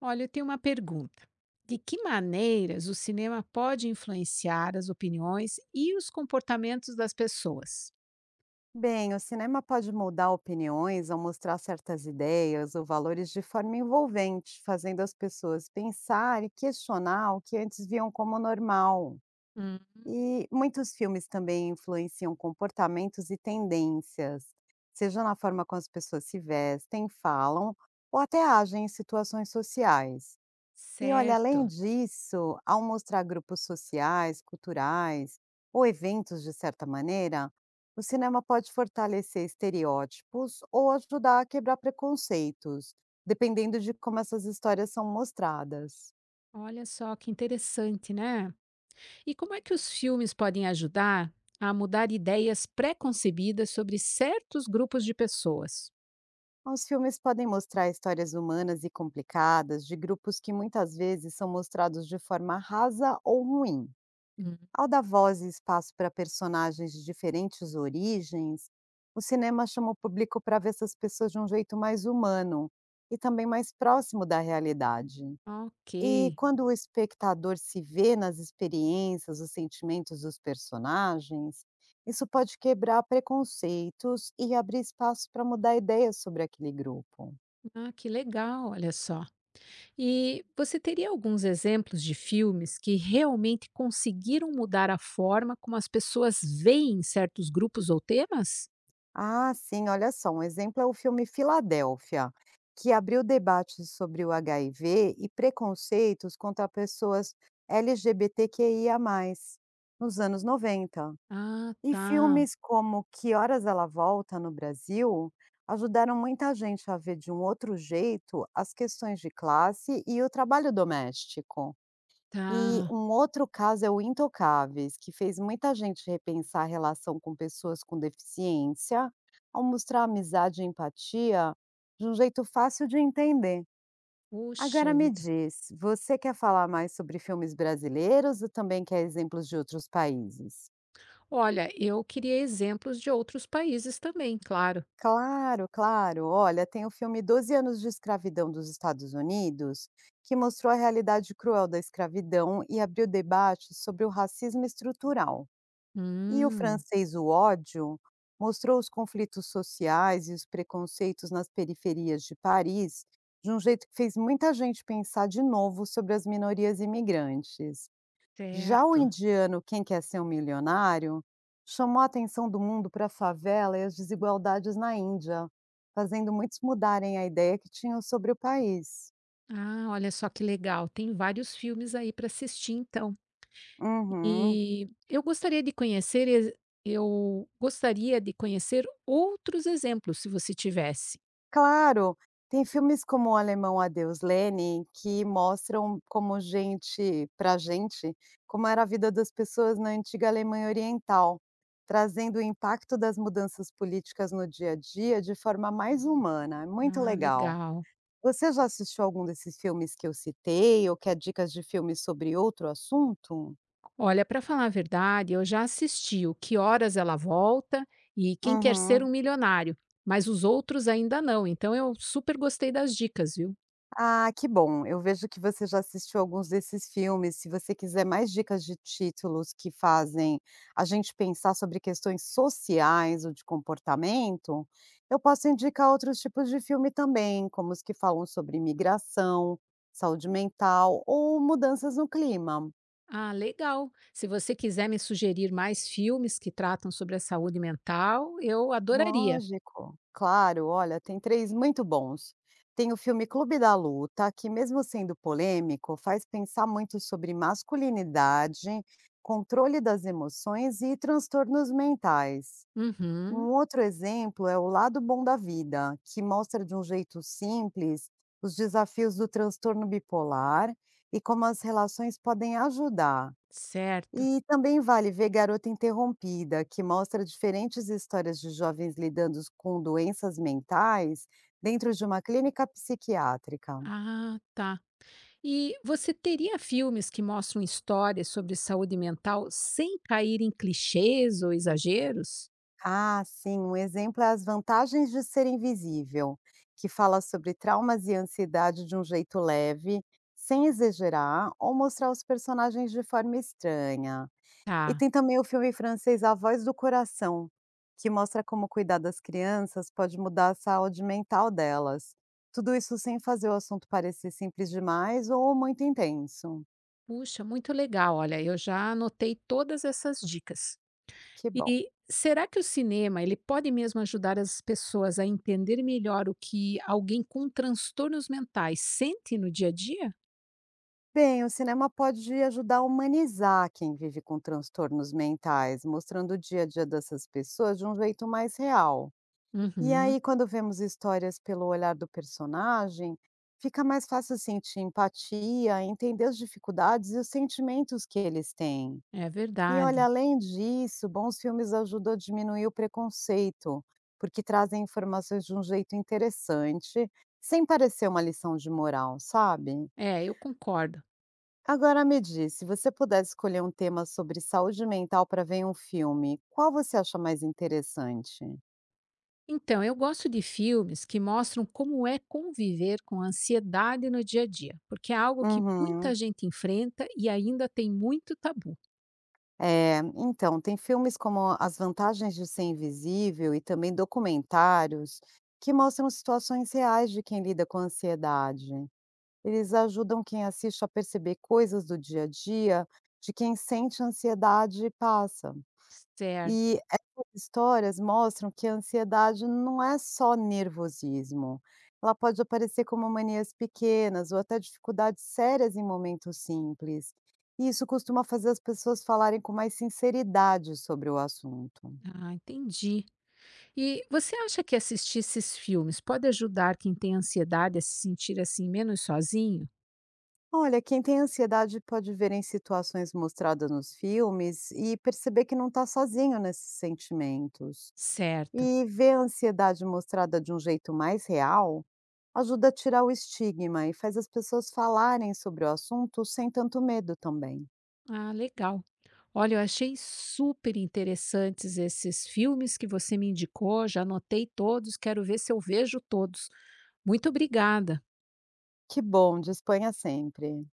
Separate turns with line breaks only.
Olha, eu tenho uma pergunta. De que maneiras o cinema pode influenciar as opiniões e os comportamentos das pessoas?
Bem, o cinema pode mudar opiniões ao mostrar certas ideias ou valores de forma envolvente, fazendo as pessoas pensar e questionar o que antes viam como normal.
Hum.
E muitos filmes também influenciam comportamentos e tendências, seja na forma como as pessoas se vestem, falam ou até agem em situações sociais. E olha, além
Certo.
disso, ao mostrar grupos sociais, culturais ou eventos de certa maneira, o cinema pode fortalecer estereótipos ou ajudar a quebrar preconceitos, dependendo de como essas histórias são mostradas.
Olha só que interessante, né? E como é que os filmes podem ajudar a mudar ideias pré-concebidas sobre certos grupos de pessoas?
Os filmes podem mostrar histórias humanas e complicadas de grupos que muitas vezes são mostrados de forma rasa ou ruim.
Hum.
Ao dar voz e espaço para personagens de diferentes origens, o cinema chama o público para ver essas pessoas de um jeito mais humano e também mais próximo da realidade.
Ok.
E quando o espectador se vê nas experiências, os sentimentos dos personagens, isso pode quebrar preconceitos e abrir espaço para mudar ideias sobre aquele grupo.
Ah, que legal, olha só. E você teria alguns exemplos de filmes que realmente conseguiram mudar a forma como as pessoas veem certos grupos ou temas?
Ah, sim, olha só, um exemplo é o filme Filadélfia, que abriu debates sobre o HIV e preconceitos contra pessoas LGBTQIA+, nos anos 90.
Ah,
E
tá,
filmes como Que Horas Ela Volta no Brasil ajudaram muita gente a ver de um outro jeito as questões de classe e o trabalho doméstico. E
tá.
um outro caso é o Intocáveis, que fez muita gente repensar a relação com pessoas com deficiência, ao mostrar amizade e empatia de um jeito fácil de entender.
Puxa
Agora me
vida.
diz, você quer falar mais sobre filmes brasileiros ou também quer exemplos de outros países?
Olha, eu queria exemplos de outros países também, claro.
Claro, claro. Olha, tem o filme Doze anos de escravidão dos Estados Unidos, que mostrou a realidade cruel da escravidão e abriu debate sobre o racismo estrutural. E o
Hum,
francês O Ódio mostrou os conflitos sociais e os preconceitos nas periferias de Paris de um jeito que fez muita gente pensar de novo sobre as minorias imigrantes. Já o
certo.
indiano Quem Quer Ser Um Milionário chamou a atenção do mundo para a favela e as desigualdades na Índia, fazendo muitos mudarem a ideia que tinham sobre o país.
Ah, olha só que legal. Tem vários filmes aí para assistir, então.
Uhum.
E eu gostaria de conhecer, eu gostaria de conhecer outros exemplos, se você tivesse.
Claro, tem filmes como O Alemão Adeus Lenny que mostram como gente pra gente, como era a vida das pessoas na antiga Alemanha Oriental, trazendo o impacto das mudanças políticas no dia a dia de forma mais humana, é muito
Ah,
legal.
legal.
Você já assistiu algum desses filmes que eu citei ou quer dicas de filmes sobre outro assunto?
Olha, para falar a verdade, eu já assisti o Que Horas Ela Volta e Quem Quer Ser
Uhum.
um Milionário, mas os outros ainda não. Então eu super gostei das dicas, viu?
Ah, que bom. Eu vejo que você já assistiu alguns desses filmes. Se você quiser mais dicas de títulos que fazem a gente pensar sobre questões sociais ou de comportamento, eu posso indicar outros tipos de filme também, como os que falam sobre imigração, saúde mental ou mudanças no clima.
Ah, legal. Se você quiser me sugerir mais filmes que tratam sobre a saúde mental, eu adoraria.
Lógico, claro. Olha, tem 3 muito bons. Tem o filme Clube da Luta, que mesmo sendo polêmico, faz pensar muito sobre masculinidade, controle das emoções e transtornos mentais. Um
Uhum,
outro exemplo é O Lado Bom da Vida, que mostra de um jeito simples os desafios do transtorno bipolar e como as relações podem ajudar.
certo.
E também vale ver Garota Interrompida, que mostra diferentes histórias de jovens lidando com doenças mentais dentro de uma clínica psiquiátrica.
Ah, tá. E você teria filmes que mostram histórias sobre saúde mental sem cair em clichês ou exageros?
Ah, sim, um exemplo é As Vantagens de Ser Invisível, que fala sobre traumas e ansiedade de um jeito leve, sem exagerar ou mostrar os personagens de forma estranha. E
Tá.
tem também o filme francês A Voz do Coração, que mostra como cuidar das crianças pode mudar a saúde mental delas. Tudo isso sem fazer o assunto parecer simples demais ou muito intenso.
Puxa, muito legal. Olha, eu já anotei todas essas dicas.
Que bom.
E será que o cinema ele pode mesmo ajudar as pessoas a entender melhor o que alguém com transtornos mentais sente no dia a dia?
Bem, o cinema pode ajudar a humanizar quem vive com transtornos mentais, mostrando o dia a dia dessas pessoas de um jeito mais real. E
Uhum,
aí, quando vemos histórias pelo olhar do personagem, fica mais fácil sentir empatia, entender as dificuldades e os sentimentos que eles têm.
é
E olha,
verdade.
além disso, bons filmes ajudam a diminuir o preconceito, porque trazem informações de um jeito interessante, sem parecer uma lição de moral, sabe?
É, eu concordo.
Agora me diz, se você pudesse escolher um tema sobre saúde mental para ver em um filme, qual você acha mais interessante?
Então, eu gosto de filmes que mostram como é conviver com a ansiedade no dia a dia, porque é algo que muita
Uhum.
gente enfrenta e ainda tem muito tabu.
É, então, tem filmes como As Vantagens de Ser Invisível e também documentários que mostram situações reais de quem lida com ansiedade. Eles ajudam quem assiste a perceber coisas do dia a dia de quem sente ansiedade e passa.
Certo.
E essas histórias mostram que a ansiedade não é só nervosismo, ela pode aparecer como manias pequenas ou até dificuldades sérias em momentos simples. E isso costuma fazer as pessoas falarem com mais sinceridade sobre o assunto.
Ah, entendi. E você acha que assistir esses filmes pode ajudar quem tem ansiedade a se sentir assim menos sozinho?
Olha, quem tem ansiedade pode ver em situações mostradas nos filmes e perceber que não está sozinho nesses sentimentos.
Certo.
E ver a ansiedade mostrada de um jeito mais real ajuda a tirar o estigma e faz as pessoas falarem sobre o assunto sem tanto medo também.
Ah, legal. Olha, eu achei super interessantes esses filmes que você me indicou, já anotei todos, quero ver se eu vejo todos. Muito obrigada.
Que bom, disponha sempre.